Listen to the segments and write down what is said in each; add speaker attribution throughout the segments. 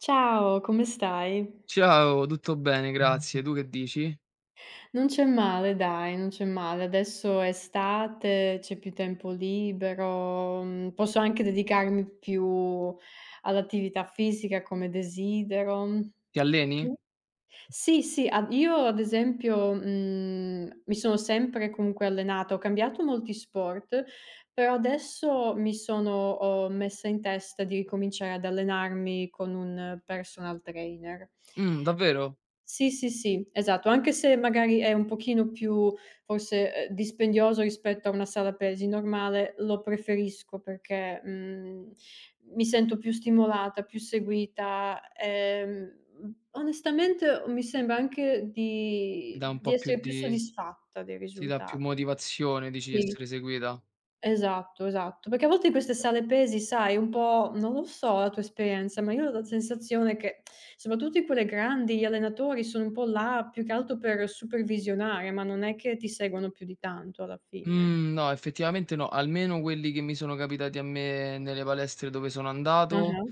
Speaker 1: Ciao, come stai?
Speaker 2: Ciao, tutto bene, grazie. Tu che dici?
Speaker 1: Non c'è male dai, non c'è male. Adesso è estate, c'è più tempo libero, posso anche dedicarmi più all'attività fisica come desidero.
Speaker 2: Ti alleni?
Speaker 1: Tu? Sì, sì, ad io ad esempio, mi sono sempre comunque allenata, ho cambiato molti sport, però adesso mi sono ho messa in testa di ricominciare ad allenarmi con un personal trainer.
Speaker 2: Davvero?
Speaker 1: Sì, sì, sì, esatto. Anche se magari è un pochino più forse, dispendioso rispetto a una sala pesi normale, lo preferisco perché, mi sento più stimolata, più seguita, onestamente mi sembra anche
Speaker 2: Ti
Speaker 1: di
Speaker 2: dà un
Speaker 1: di
Speaker 2: po' più
Speaker 1: essere più
Speaker 2: di
Speaker 1: soddisfatta dei
Speaker 2: ti dà più
Speaker 1: risultati.
Speaker 2: motivazione, dici, di
Speaker 1: Sì.
Speaker 2: essere seguita?
Speaker 1: Esatto, esatto. Perché a volte in queste sale pesi, sai, un po' non lo so la tua esperienza, ma io ho la sensazione che, soprattutto in quelle grandi, gli allenatori sono un po' là più che altro per supervisionare, ma non è che ti seguono più di tanto alla fine.
Speaker 2: Mhmm, no, effettivamente no. Almeno quelli che mi sono capitati a me nelle palestre dove sono andato,
Speaker 1: Ah-ah.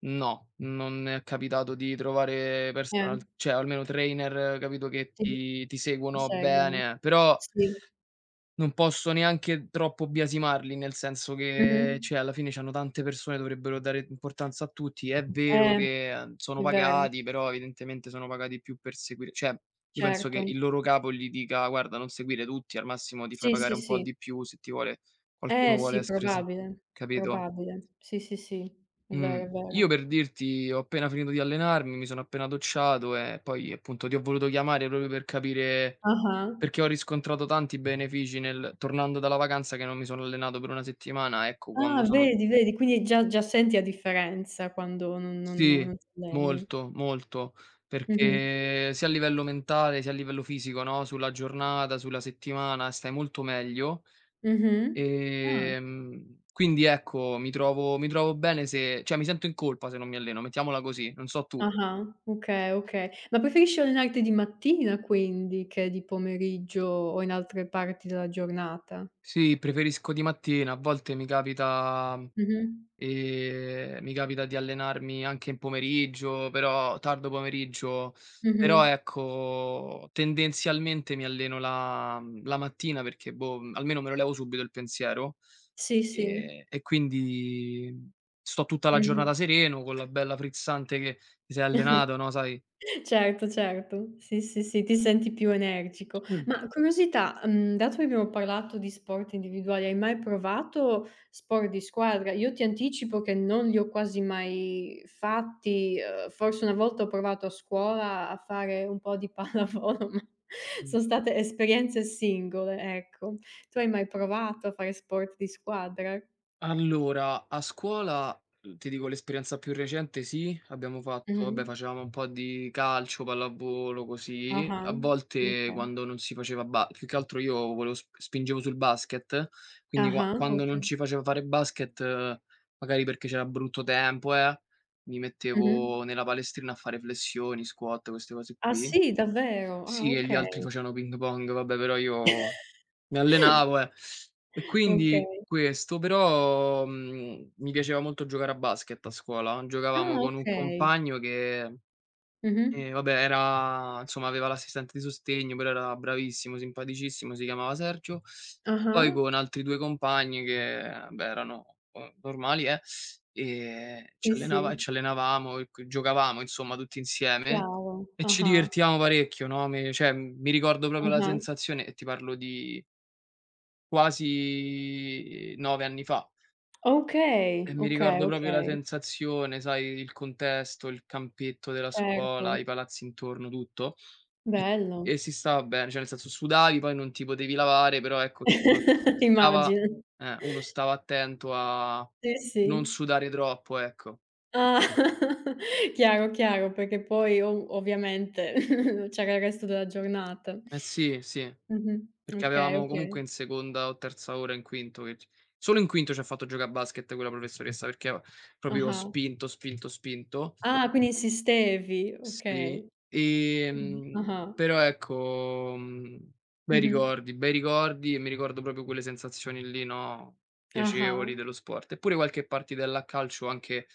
Speaker 2: no, non è capitato di trovare
Speaker 1: Eh,
Speaker 2: personal cioè almeno trainer, capito, che
Speaker 1: sì,
Speaker 2: ti
Speaker 1: ti
Speaker 2: seguono
Speaker 1: seguono.
Speaker 2: bene. Però.
Speaker 1: Sì.
Speaker 2: Non posso neanche troppo biasimarli, nel senso
Speaker 1: Mh-mh.
Speaker 2: che, cioè, alla fine c'hanno tante persone, dovrebbero dare importanza a tutti. È vero
Speaker 1: Eh,
Speaker 2: che, sono
Speaker 1: è vero,
Speaker 2: pagati, però evidentemente sono pagati più per seguire cioè, io penso
Speaker 1: certo.
Speaker 2: che il loro capo gli dica: "Guarda, non seguire tutti, al massimo ti fai
Speaker 1: Sì,
Speaker 2: pagare
Speaker 1: sì,
Speaker 2: un po'
Speaker 1: sì.
Speaker 2: di più se ti vuole
Speaker 1: Eh
Speaker 2: qualcuno vuole
Speaker 1: sì,
Speaker 2: essere se",
Speaker 1: probabile,
Speaker 2: capito?
Speaker 1: probabile. Sì, sì, sì, è
Speaker 2: Mh.
Speaker 1: vero, è
Speaker 2: Io
Speaker 1: vero.
Speaker 2: per dirti ho appena finito di allenarmi, mi sono appena docciato e poi appunto ti ho voluto chiamare proprio per capire
Speaker 1: Ah-ah.
Speaker 2: perché ho riscontrato tanti benefici nel tornando dalla vacanza che non mi sono allenato per 1 settimana, ecco,
Speaker 1: Ah,
Speaker 2: quando sono
Speaker 1: vedi, vedi, quindi già già senti la differenza quando non non
Speaker 2: sì,
Speaker 1: non ti alleni.
Speaker 2: molto, molto,
Speaker 1: Mh-mh.
Speaker 2: perché sia a livello mentale, sia a livello fisico, no, sulla giornata, sulla settimana, stai molto meglio.
Speaker 1: Mh-mh. Ah.
Speaker 2: Quindi ecco, mi trovo bene se cioè mi sento in colpa se non mi alleno, mettiamola così, non so tu.
Speaker 1: Ah-ah. Okay, okay. Ma preferisci allenarti di mattina quindi che di pomeriggio o in altre parti della giornata?
Speaker 2: Sì, preferisco di mattina, a volte mi capita.
Speaker 1: Mh-mh.
Speaker 2: Mi capita di allenarmi anche in pomeriggio, però tardo pomeriggio, però
Speaker 1: Mh-mh.
Speaker 2: ecco, tendenzialmente mi alleno la mattina perché, boh, almeno me lo levo subito il pensiero,
Speaker 1: Sì, sì.
Speaker 2: e quindi sto tutta la
Speaker 1: Mh-mh.
Speaker 2: giornata sereno con la bella frizzante che ti sei allenato, no, sai.
Speaker 1: Certo, certo. Sì, sì, sì, ti senti più energico. Ma curiosità, dato che abbiamo parlato di sport individuali, hai mai provato sport di squadra? Io ti anticipo che non li ho quasi mai fatti, forse una volta ho provato a scuola a fare un po' di pallavolo, ma
Speaker 2: Mm.
Speaker 1: son state esperienze singole, ecco. Tu hai mai provato a fare sport di squadra?
Speaker 2: Allora, a scuola, ti dico l'esperienza più recente sì, abbiamo fatto vabbè,
Speaker 1: Mh-mh.
Speaker 2: facevamo un po' di calcio, pallavolo, così.
Speaker 1: Ah-ah,
Speaker 2: A volte
Speaker 1: okay.
Speaker 2: quando non si faceva ba più che altro io volevo sp spingevo sul basket, quindi
Speaker 1: Ah-ah,
Speaker 2: quando
Speaker 1: okay.
Speaker 2: non ci faceva fare basket, magari perché c'era brutto tempo, mi
Speaker 1: Mh-mh.
Speaker 2: mettevo nella palestrina a fare flessioni, squat, queste cose
Speaker 1: Ah
Speaker 2: qui.
Speaker 1: sì, davvero? Ah,
Speaker 2: Sì, e gli altri
Speaker 1: okay.
Speaker 2: facevano ping pong, vabbè, però io mi allenavo, eh. E quindi
Speaker 1: Okay.
Speaker 2: questo, però, mi piaceva molto giocare a basket a scuola. Giocavamo
Speaker 1: Ah,
Speaker 2: con un
Speaker 1: okay.
Speaker 2: compagno che,
Speaker 1: Mh-mh.
Speaker 2: vabbè era insomma aveva l'assistente di sostegno, però era bravissimo, simpaticissimo, si chiamava Sergio, e poi
Speaker 1: Ah-ah.
Speaker 2: con altri 2 compagni che, beh, erano o normali, ci
Speaker 1: Sì,
Speaker 2: allenava e
Speaker 1: sì.
Speaker 2: ci allenavamo e q giocavamo insomma tutti insieme
Speaker 1: Chiaro.
Speaker 2: e ci
Speaker 1: Ah-ah,
Speaker 2: divertivamo parecchio, no, mi cioè, mi ricordo proprio la
Speaker 1: ah-ah.
Speaker 2: sensazione e ti parlo di quasi 9 anni fa.
Speaker 1: Okay,
Speaker 2: E mi
Speaker 1: okay,
Speaker 2: ricordo proprio la
Speaker 1: okay.
Speaker 2: sensazione, sai, il contesto, il campetto della
Speaker 1: Certo.
Speaker 2: scuola, i palazzi intorno, tutto. E
Speaker 1: Bello.
Speaker 2: e si stava bene, cioè nel senso sudavi, poi non ti potevi lavare, però ecco s uno s stava
Speaker 1: Immagino.
Speaker 2: uno stava attento a
Speaker 1: Sì,
Speaker 2: non
Speaker 1: sì.
Speaker 2: sudare troppo, ecco.
Speaker 1: Ah, chiaro, chiaro, perché poi ov ovviamente c'era il resto della giornata.
Speaker 2: Eh sì, sì,
Speaker 1: Mh-mh.
Speaker 2: perché
Speaker 1: Okay,
Speaker 2: avevamo
Speaker 1: okay.
Speaker 2: comunque in seconda o terza ora, in quinto che c solo in quinto ci ha fatto gioca' a basket quella professoressa, perché proprio
Speaker 1: Ah-ah.
Speaker 2: spinto, spinto, spinto.
Speaker 1: Ah, quindi insistevi.
Speaker 2: Sì,
Speaker 1: Okay. Mh-mh. Ah-ah.
Speaker 2: però ecco,
Speaker 1: Mh-mh.
Speaker 2: bei ricordi e mi ricordo proprio quelle sensazioni lì, no,
Speaker 1: Ah-ah.
Speaker 2: piacevoli dello sport. Eppure qualche partitella a calcio anche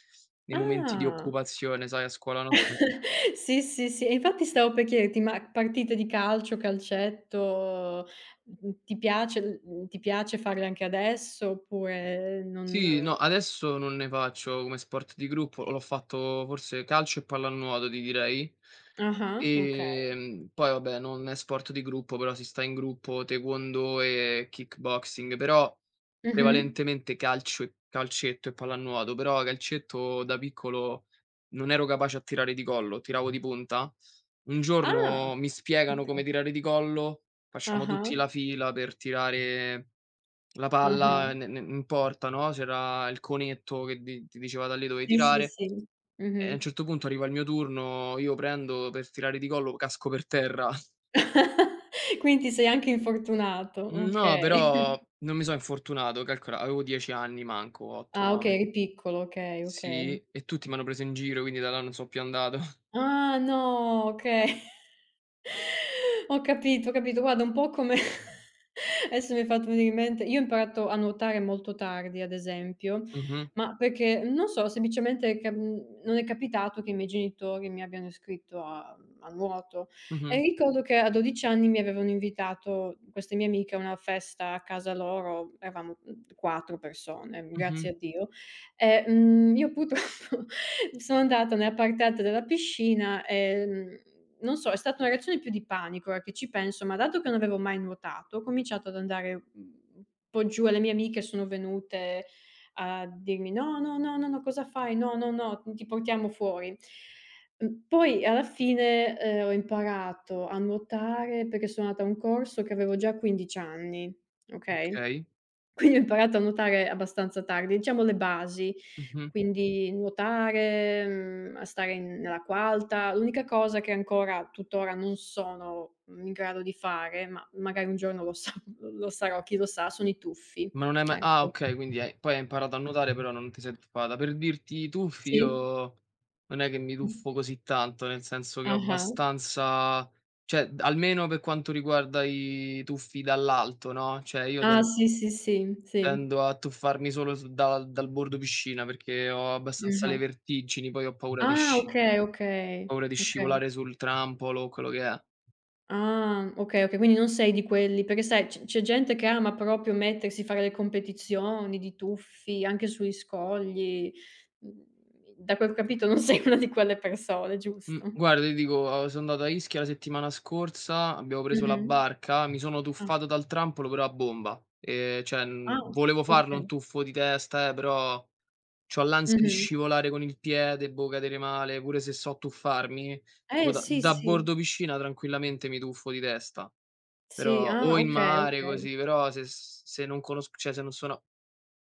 Speaker 2: nei momenti di
Speaker 1: Ah!
Speaker 2: occupazione, sai a scuola nostra
Speaker 1: Sì, sì, sì, e infatti stavo per chiederti, ma partite di calcio, calcetto, mhmm, ti piace l mhmm, ti piace farle anche adesso oppure
Speaker 2: sì, no,
Speaker 1: non
Speaker 2: adesso non ne faccio come sport di gruppo, l'ho fatto forse calcio e pallanuoto, ti direi.
Speaker 1: ah-ah, okay.
Speaker 2: Poi vabbè, non è sport di gruppo, però si sta in gruppo, taekwondo e kickboxing, però
Speaker 1: Mh-mh.
Speaker 2: prevalentemente calcio e calcetto e pallanuoto, però calcetto da piccolo non ero capace a tirare di collo, tiravo di punta. Un
Speaker 1: Ah,
Speaker 2: giorno mi spiegano
Speaker 1: okay.
Speaker 2: come tirare di collo, facciamo
Speaker 1: Ah-ah,
Speaker 2: tutti la fila per tirare la
Speaker 1: ah-ah.
Speaker 2: palla ne ne in porta, no, c'era il conetto che di ti diceva da lì dove
Speaker 1: Sì, sì,
Speaker 2: tirare.
Speaker 1: sì.
Speaker 2: E a un
Speaker 1: Mh-mh.
Speaker 2: certo punto arriva il mio turno, io prendo per tirare di collo, casco per terra.
Speaker 1: Quindi ti sei anche infortunato,
Speaker 2: No,
Speaker 1: okay.
Speaker 2: però non mi so' infortunato, calcola avevo 10 anni manco, 8,
Speaker 1: Ah okay,
Speaker 2: 9.
Speaker 1: eri piccolo, okay,
Speaker 2: Sì,
Speaker 1: okay.
Speaker 2: e tutti m'hanno preso in giro, quindi da là non so' più andato.
Speaker 1: Ah no, okay. Ho capito, ho capito. Guarda un po' come adesso mi hai fatto venire in mente io ho imparato a nuotare molto tardi, ad esempio,
Speaker 2: Mh-mh,
Speaker 1: ma perché non so, semplicemente che, non è capitato che i miei genitori mi abbiano iscritto a nuoto e
Speaker 2: mh-mh,
Speaker 1: ricordo che a 12 anni mi avevano invitato queste mie amiche a una festa a casa loro, eravamo, 4 persone,
Speaker 2: mh-mh,
Speaker 1: grazie a Dio, e, io purtroppo sono andata nella parte alta della piscina e, non so, è stata una reazione più di panico, ora che ci penso, ma dato che non avevo mai nuotato, ho cominciato ad andare un po' giù e le mie amiche sono venute a dirmi: "No, no, no, no, no, cosa fai? No, no, no, ti portiamo fuori". Poi alla fine, ho imparato a nuotare perché sono andata a un corso che avevo già 15 anni, okay?
Speaker 2: okay,
Speaker 1: Quindi ho imparato a nuotare abbastanza tardi, diciamo le basi,
Speaker 2: mh-mh.
Speaker 1: quindi nuotare, a stare in nella qualta. L'unica cosa che ancora tuttora non sono, in grado di fare, ma magari un giorno lo sa lo sarò, chi lo sa, sono i tuffi.
Speaker 2: Ma non hai mai ah
Speaker 1: Ecco.
Speaker 2: okay, quindi hai poi hai imparato a nuotare però non ti sei tuffata. Per dirti i tuffi
Speaker 1: Sì.
Speaker 2: io non è che mi
Speaker 1: Mh.
Speaker 2: tuffo così tanto, nel senso che ho
Speaker 1: Ah-ah.
Speaker 2: abbastanza cioè d almeno per quanto riguarda i tuffi dall'alto, no, cioè io
Speaker 1: Ah, sì, sì, sì, sì.
Speaker 2: tendo a tuffarmi solo su da dal bordo piscina perché ho abbastanza
Speaker 1: Mh-mh.
Speaker 2: le vertigini, poi ho
Speaker 1: Ah, okay, okay,
Speaker 2: paura di
Speaker 1: okay.
Speaker 2: scivolare sul trampolo o quello che è.
Speaker 1: Ah, okay, okay, quindi non sei di quelli perché sai c'è gente che ama proprio mettersi, fare le competizioni di tuffi anche sugli scogli. Mhmm, Da quel che ho capito non sei una di quelle persone, giusto?
Speaker 2: Guarda ti dico, so' andato a Ischia la settimana scorsa, abbiamo preso la
Speaker 1: Mh-mh.
Speaker 2: barca, mi sono
Speaker 1: Ah,
Speaker 2: tuffato dal trampolo però a bomba. Cioè,
Speaker 1: ah,
Speaker 2: volevo farlo un
Speaker 1: okay.
Speaker 2: tuffo di testa, però c'ho l'ansia di
Speaker 1: Mh-mh.
Speaker 2: scivolare con il piede, boh, cadere male, pure se so tuffarmi, tipo
Speaker 1: Eh
Speaker 2: da
Speaker 1: sì,
Speaker 2: da
Speaker 1: sì.
Speaker 2: bordo piscina tranquillamente mi tuffo di testa,
Speaker 1: Sì,
Speaker 2: però o
Speaker 1: ah
Speaker 2: in
Speaker 1: okay,
Speaker 2: mare
Speaker 1: okay.
Speaker 2: così, però se s se non conosc cioè se non sono.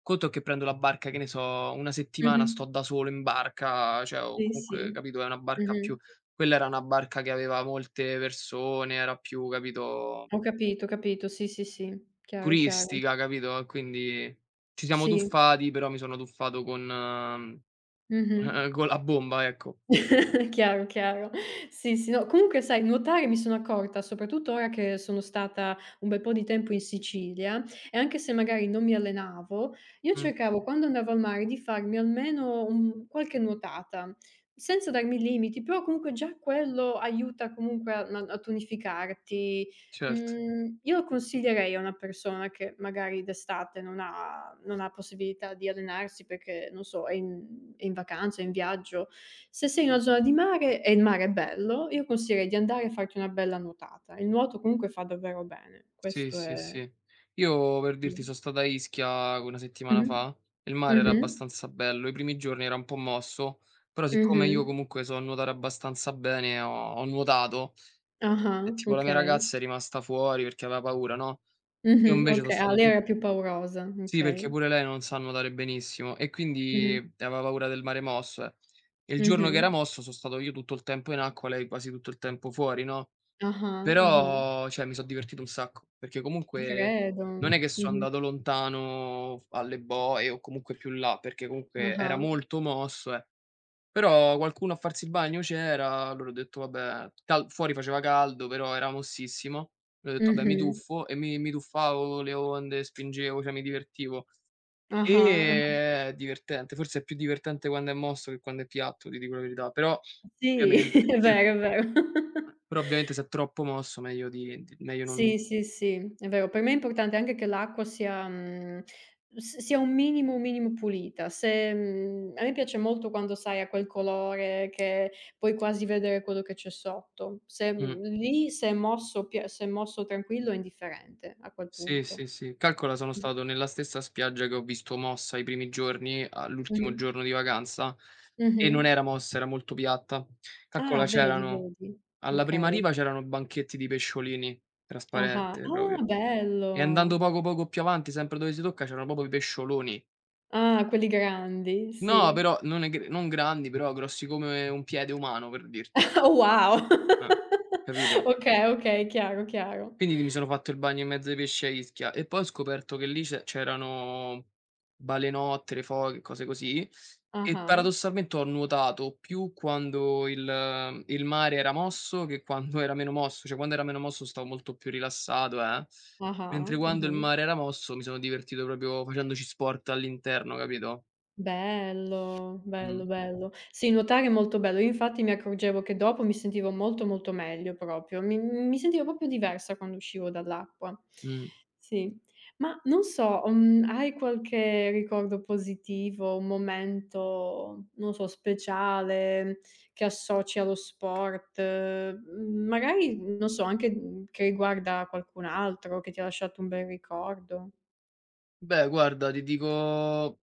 Speaker 2: Conto che prendo la barca, che ne so, 1 settimana
Speaker 1: Mh-mh.
Speaker 2: sto da solo in barca, cioè o
Speaker 1: Sì, sì.
Speaker 2: comunque capito, è una barca
Speaker 1: Mh-mh.
Speaker 2: più quella era una barca che aveva molte persone, era più, capito,
Speaker 1: Ho capito, ho capito. Sì, sì, sì. Chiaro, chiaro.
Speaker 2: turistica, capito, e quindi ci siamo
Speaker 1: Sì.
Speaker 2: tuffati, però mi sono tuffato con
Speaker 1: Mh-mh.
Speaker 2: con la bomba, ecco.
Speaker 1: Chiaro, chiaro. Sì, sì, no, comunque sai nuotare mi sono accorta, soprattutto ora che sono stata un bel po' di tempo in Sicilia, e anche se magari non mi allenavo, io
Speaker 2: Mh,
Speaker 1: cercavo quando andavo al mare di farmi almeno un qualche nuotata, senza darmi limiti, però comunque già quello aiuta comunque a tonificarti.
Speaker 2: cer
Speaker 1: Io lo consiglierei a una persona che magari d'estate non ha possibilità di allenarsi perché, non so, è in vacanza, è in viaggio. Se sei in una zona di mare e il mare è bello, io consiglierei di andare a farti una bella nuotata. Il nuoto comunque fa davvero bene.
Speaker 2: sì,
Speaker 1: Questo
Speaker 2: sì,
Speaker 1: è.
Speaker 2: sì. Io per dirti
Speaker 1: Mh.
Speaker 2: so stato a Ischia 1 settimana
Speaker 1: Mh-mh.
Speaker 2: fa e il mare era
Speaker 1: Mh-mh.
Speaker 2: abbastanza bello. I primi giorni era un po' mosso, però siccome io
Speaker 1: Mh-mh.
Speaker 2: comunque so nuotare abbastanza bene, ho nuotato e
Speaker 1: Ah-ah,
Speaker 2: tipo la mia
Speaker 1: okay.
Speaker 2: ragazza è rimasta fuori perché aveva paura, no, io
Speaker 1: Mh-mh,
Speaker 2: invece so
Speaker 1: okay. Ah,
Speaker 2: stato
Speaker 1: lei
Speaker 2: tu
Speaker 1: era più paurosa,
Speaker 2: sì, perché
Speaker 1: okay.
Speaker 2: pure lei non sa nuotare benissimo e quindi
Speaker 1: Mh-mh.
Speaker 2: aveva paura del mare mosso, eh. E il giorno che era
Speaker 1: Mh-mh.
Speaker 2: mosso so stato io tutto il tempo in acqua, lei quasi tutto il tempo fuori, no?
Speaker 1: Ah-ah, ah-ah.
Speaker 2: Però, cioè, mi so' divertito un sacco, perché
Speaker 1: Ci
Speaker 2: comunque
Speaker 1: credo.
Speaker 2: non è che so'
Speaker 1: Mh-mh.
Speaker 2: andato lontano f alle boe o comunque più là, perché comunque era
Speaker 1: Ah-ah.
Speaker 2: molto mosso, eh. Però qualcuno a farsi il bagno c'era, allora ho detto: "Vabbè", cal fuori faceva caldo, però era mossissimo. Ho detto: "Vabbè, mi
Speaker 1: Mh-mh.
Speaker 2: tuffo" e mi tuffavo, le onde, spingevo, cioè mi divertivo.
Speaker 1: Ah-ah, ah-ah.
Speaker 2: E è divertente, forse è più divertente quando è mosso che quando è piatto, ti dico la verità,
Speaker 1: Sì,
Speaker 2: ovviamente
Speaker 1: è
Speaker 2: se
Speaker 1: vero, è vero.
Speaker 2: però ovviamente se è troppo mosso meglio di meglio non.
Speaker 1: Sì, sì, sì, è vero. Per me è importante anche che l'acqua sia mhmm, s sia un minimo pulita. Se a me piace molto quando, sai, ha quel colore che puoi quasi vedere quello che c'è sotto. Se
Speaker 2: Mh.
Speaker 1: lì se è mosso tranquillo è indifferente a quel
Speaker 2: Sì,
Speaker 1: punto.
Speaker 2: sì, sì. Calcola sono
Speaker 1: Mh.
Speaker 2: stato nella stessa spiaggia che ho visto Mossa i primi giorni, all'ultimo
Speaker 1: Mh-mh.
Speaker 2: giorno di vacanza, e non
Speaker 1: Mh-mh.
Speaker 2: era mossa, era molto piatta.
Speaker 1: Ah,
Speaker 2: Calcola
Speaker 1: vedi,
Speaker 2: c'erano
Speaker 1: vedi.
Speaker 2: alla prima
Speaker 1: Okay.
Speaker 2: riva c'erano banchetti di pesciolini,
Speaker 1: Ah-ah.
Speaker 2: trasparente proprio,
Speaker 1: Ah,
Speaker 2: e andando
Speaker 1: bello!
Speaker 2: poco, poco più avanti, sempre dove si tocca, c'erano proprio i pescioloni.
Speaker 1: Ah, quelli grandi,
Speaker 2: No,
Speaker 1: sì.
Speaker 2: però non è gr non grandi, però grossi come un piede umano, per dirti.
Speaker 1: Wow!
Speaker 2: Eh, capito?
Speaker 1: Okay, okay, chiaro, chiaro.
Speaker 2: Quindi mi sono fatto il bagno in mezzo ai pesci a Ischia e poi ho scoperto che lì c'erano balenottere, foche, cose così e
Speaker 1: Ah-ah,
Speaker 2: paradossalmente ho nuotato più quando il mare era mosso che quando era meno mosso, cioè quando era meno mosso stavo molto più rilassato,
Speaker 1: ah-ah,
Speaker 2: mentre quando il
Speaker 1: mh-mh.
Speaker 2: mare era mosso mi sono divertito proprio facendoci sport all'interno, capito?
Speaker 1: Bello, bello,
Speaker 2: Mh,
Speaker 1: bello. Sì, nuotare è molto bello. Io infatti mi accorgevo che dopo mi sentivo molto, molto meglio proprio. Mi sentivo proprio diversa quando uscivo dall'acqua.
Speaker 2: mh.
Speaker 1: Sì. Ma non so, hai qualche ricordo positivo, un momento, non so, speciale che associ allo sport, magari non so, anche, che riguarda qualcun altro che ti ha lasciato un bel ricordo?
Speaker 2: Beh guarda ti dico.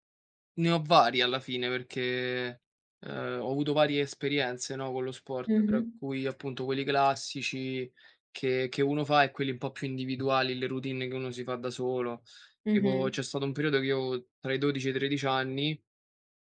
Speaker 2: Ne ho vari alla fine perché, ho avuto varie esperienze, no, con lo sport, tra
Speaker 1: Mh-mh.
Speaker 2: cui appunto quelli classici che uno fa e quelli un po' più individuali, le routine che uno si fa da solo. Tipo
Speaker 1: Mh-mh.
Speaker 2: c'è stato un periodo che io avevo tra i 12 e i 13 anni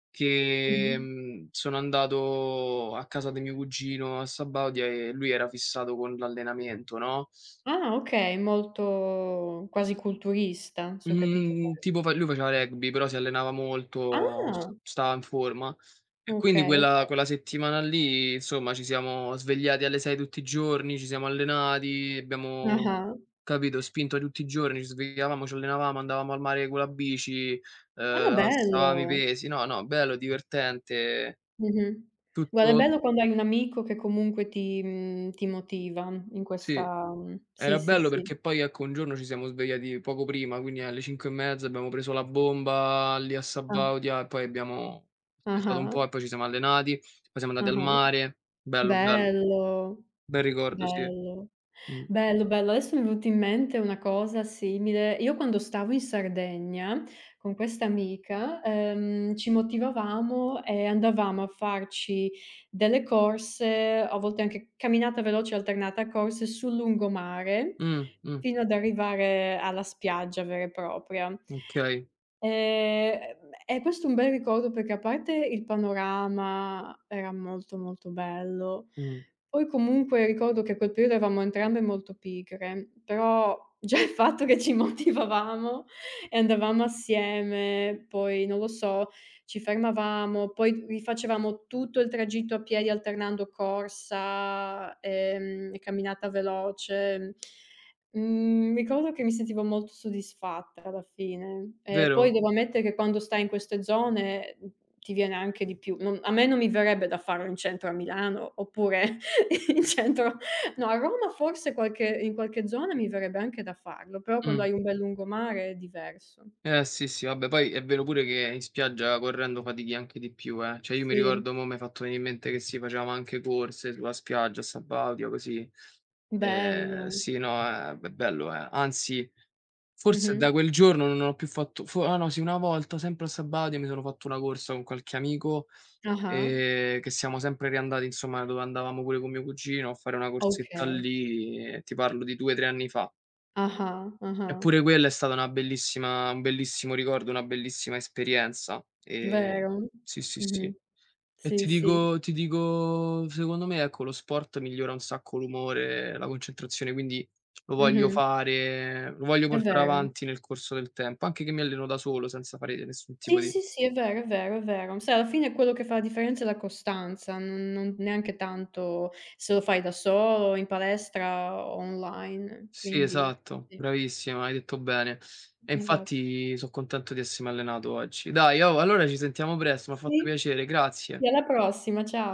Speaker 2: che,
Speaker 1: Mh-mh.
Speaker 2: sono andato a casa di mio cugino a Sabaudia e lui era fissato con l'allenamento, no,
Speaker 1: Ah, okay, molto quasi culturista, se ho capito
Speaker 2: Mhmm,
Speaker 1: bene.
Speaker 2: tipo fa lui faceva rugby, però si allenava molto, s
Speaker 1: Ah,
Speaker 2: stava in forma e quindi
Speaker 1: okay,
Speaker 2: quella
Speaker 1: okay.
Speaker 2: quella settimana lì, insomma, ci siamo svegliati alle 6 tutti i giorni, ci siamo allenati, abbiamo,
Speaker 1: Ah-ah.
Speaker 2: capito, spinto tutti i giorni, ci svegliavamo, ci allenavamo, andavamo al mare con la bici,
Speaker 1: Ah,
Speaker 2: alzavamo i
Speaker 1: bello.
Speaker 2: pesi. No, no, bello, divertente,
Speaker 1: Mh-mh. Guarda, è
Speaker 2: tutto
Speaker 1: bello quando hai un amico che comunque ti motiva in
Speaker 2: sì.
Speaker 1: questa sì,
Speaker 2: Era
Speaker 1: sì,
Speaker 2: bello
Speaker 1: sì.
Speaker 2: perché poi, ecco, un giorno ci siamo svegliati poco prima, quindi alle 5 e mezza abbiamo preso la bomba lì a
Speaker 1: Ah.
Speaker 2: Sabaudia e poi abbiamo spesato un
Speaker 1: Ah-ah.
Speaker 2: po' e poi ci siamo allenati, poi siamo andati al
Speaker 1: Ah-ah.
Speaker 2: mare. Bello, bello.
Speaker 1: Bello.
Speaker 2: Bel ricordo, sì.
Speaker 1: Bello,
Speaker 2: Mh.
Speaker 1: bello, bello. Adesso mi è venuta in mente una cosa simile. Io quando stavo in Sardegna con questa amica, ci motivavamo e andavamo a farci delle corse, a volte anche camminata veloce alternata a corse sul lungomare,
Speaker 2: Mh, mh,
Speaker 1: fino ad arrivare alla spiaggia vera e propria.
Speaker 2: okay.
Speaker 1: E questo è un bel ricordo perché a parte il panorama era molto, molto bello,
Speaker 2: Mh.
Speaker 1: poi comunque ricordo che a quel periodo eravamo entrambe molto pigre, però già il fatto che ci motivavamo e andavamo assieme, poi non lo so, ci fermavamo, poi rifacevamo tutto il tragitto a piedi alternando corsa, e camminata veloce. Ricordo che mi sentivo molto soddisfatta alla fine. E poi
Speaker 2: Vero?
Speaker 1: devo ammettere che quando stai in queste zone, ti viene anche di più. Non a me non mi verrebbe da farlo in centro a Milano, oppure in centro no, a Roma forse qualche in qualche zona mi verrebbe anche da farlo, però quando
Speaker 2: Mh.
Speaker 1: hai un bel lungomare è diverso.
Speaker 2: Eh sì, sì, vabbè poi è vero pure che in spiaggia correndo fatichi anche di più, eh. Cioè io mi
Speaker 1: Sì,
Speaker 2: ricordo mo' m'hai fatto venì in mente che sì, facevamo anche corse sulla spiaggia a Sabaudia così.
Speaker 1: bello.
Speaker 2: Sì, no, è be bello, eh. Anzi, forse
Speaker 1: Mh-mh.
Speaker 2: da quel giorno non ho più fatto fo ah no sì, una volta sempre a Sabaudia mi sono fatto una corsa con qualche amico,
Speaker 1: Ah-ah.
Speaker 2: che siamo sempre riandati insomma dove andavamo pure con mio cugino a fare una corsetta
Speaker 1: Okay.
Speaker 2: lì, e ti parlo di 2, 3 anni fa.
Speaker 1: Ah-ah, ah-ah.
Speaker 2: Eppure quella è stata una bellissima un bellissimo ricordo, una bellissima esperienza.
Speaker 1: Vero.
Speaker 2: Sì, sì,
Speaker 1: Mh-mh.
Speaker 2: sì. E
Speaker 1: Sì,
Speaker 2: ti
Speaker 1: sì.
Speaker 2: dico ti dico secondo me, ecco, lo sport migliora un sacco l'umore, la concentrazione, quindi lo voglio
Speaker 1: Mh-mh.
Speaker 2: fare lo voglio
Speaker 1: È
Speaker 2: portare
Speaker 1: vero.
Speaker 2: avanti nel corso del tempo, anche che mi alleno da solo senza fare nessun tipo
Speaker 1: Sì,
Speaker 2: di
Speaker 1: sì, sì, è vero, è vero, è vero. Sai alla fine quello che fa la differenza è la costanza, non neanche tanto se lo fai da solo, in palestra o online,
Speaker 2: sì,
Speaker 1: quindi
Speaker 2: esatto,
Speaker 1: sì,
Speaker 2: bravissima, hai detto bene. E
Speaker 1: esatto.
Speaker 2: infatti so' contento di essermi allenato oggi. Dai, oh, allora ci sentiamo presto, m'ha fatto
Speaker 1: Sì.
Speaker 2: piacere, grazie.
Speaker 1: Sì, alla prossima, cia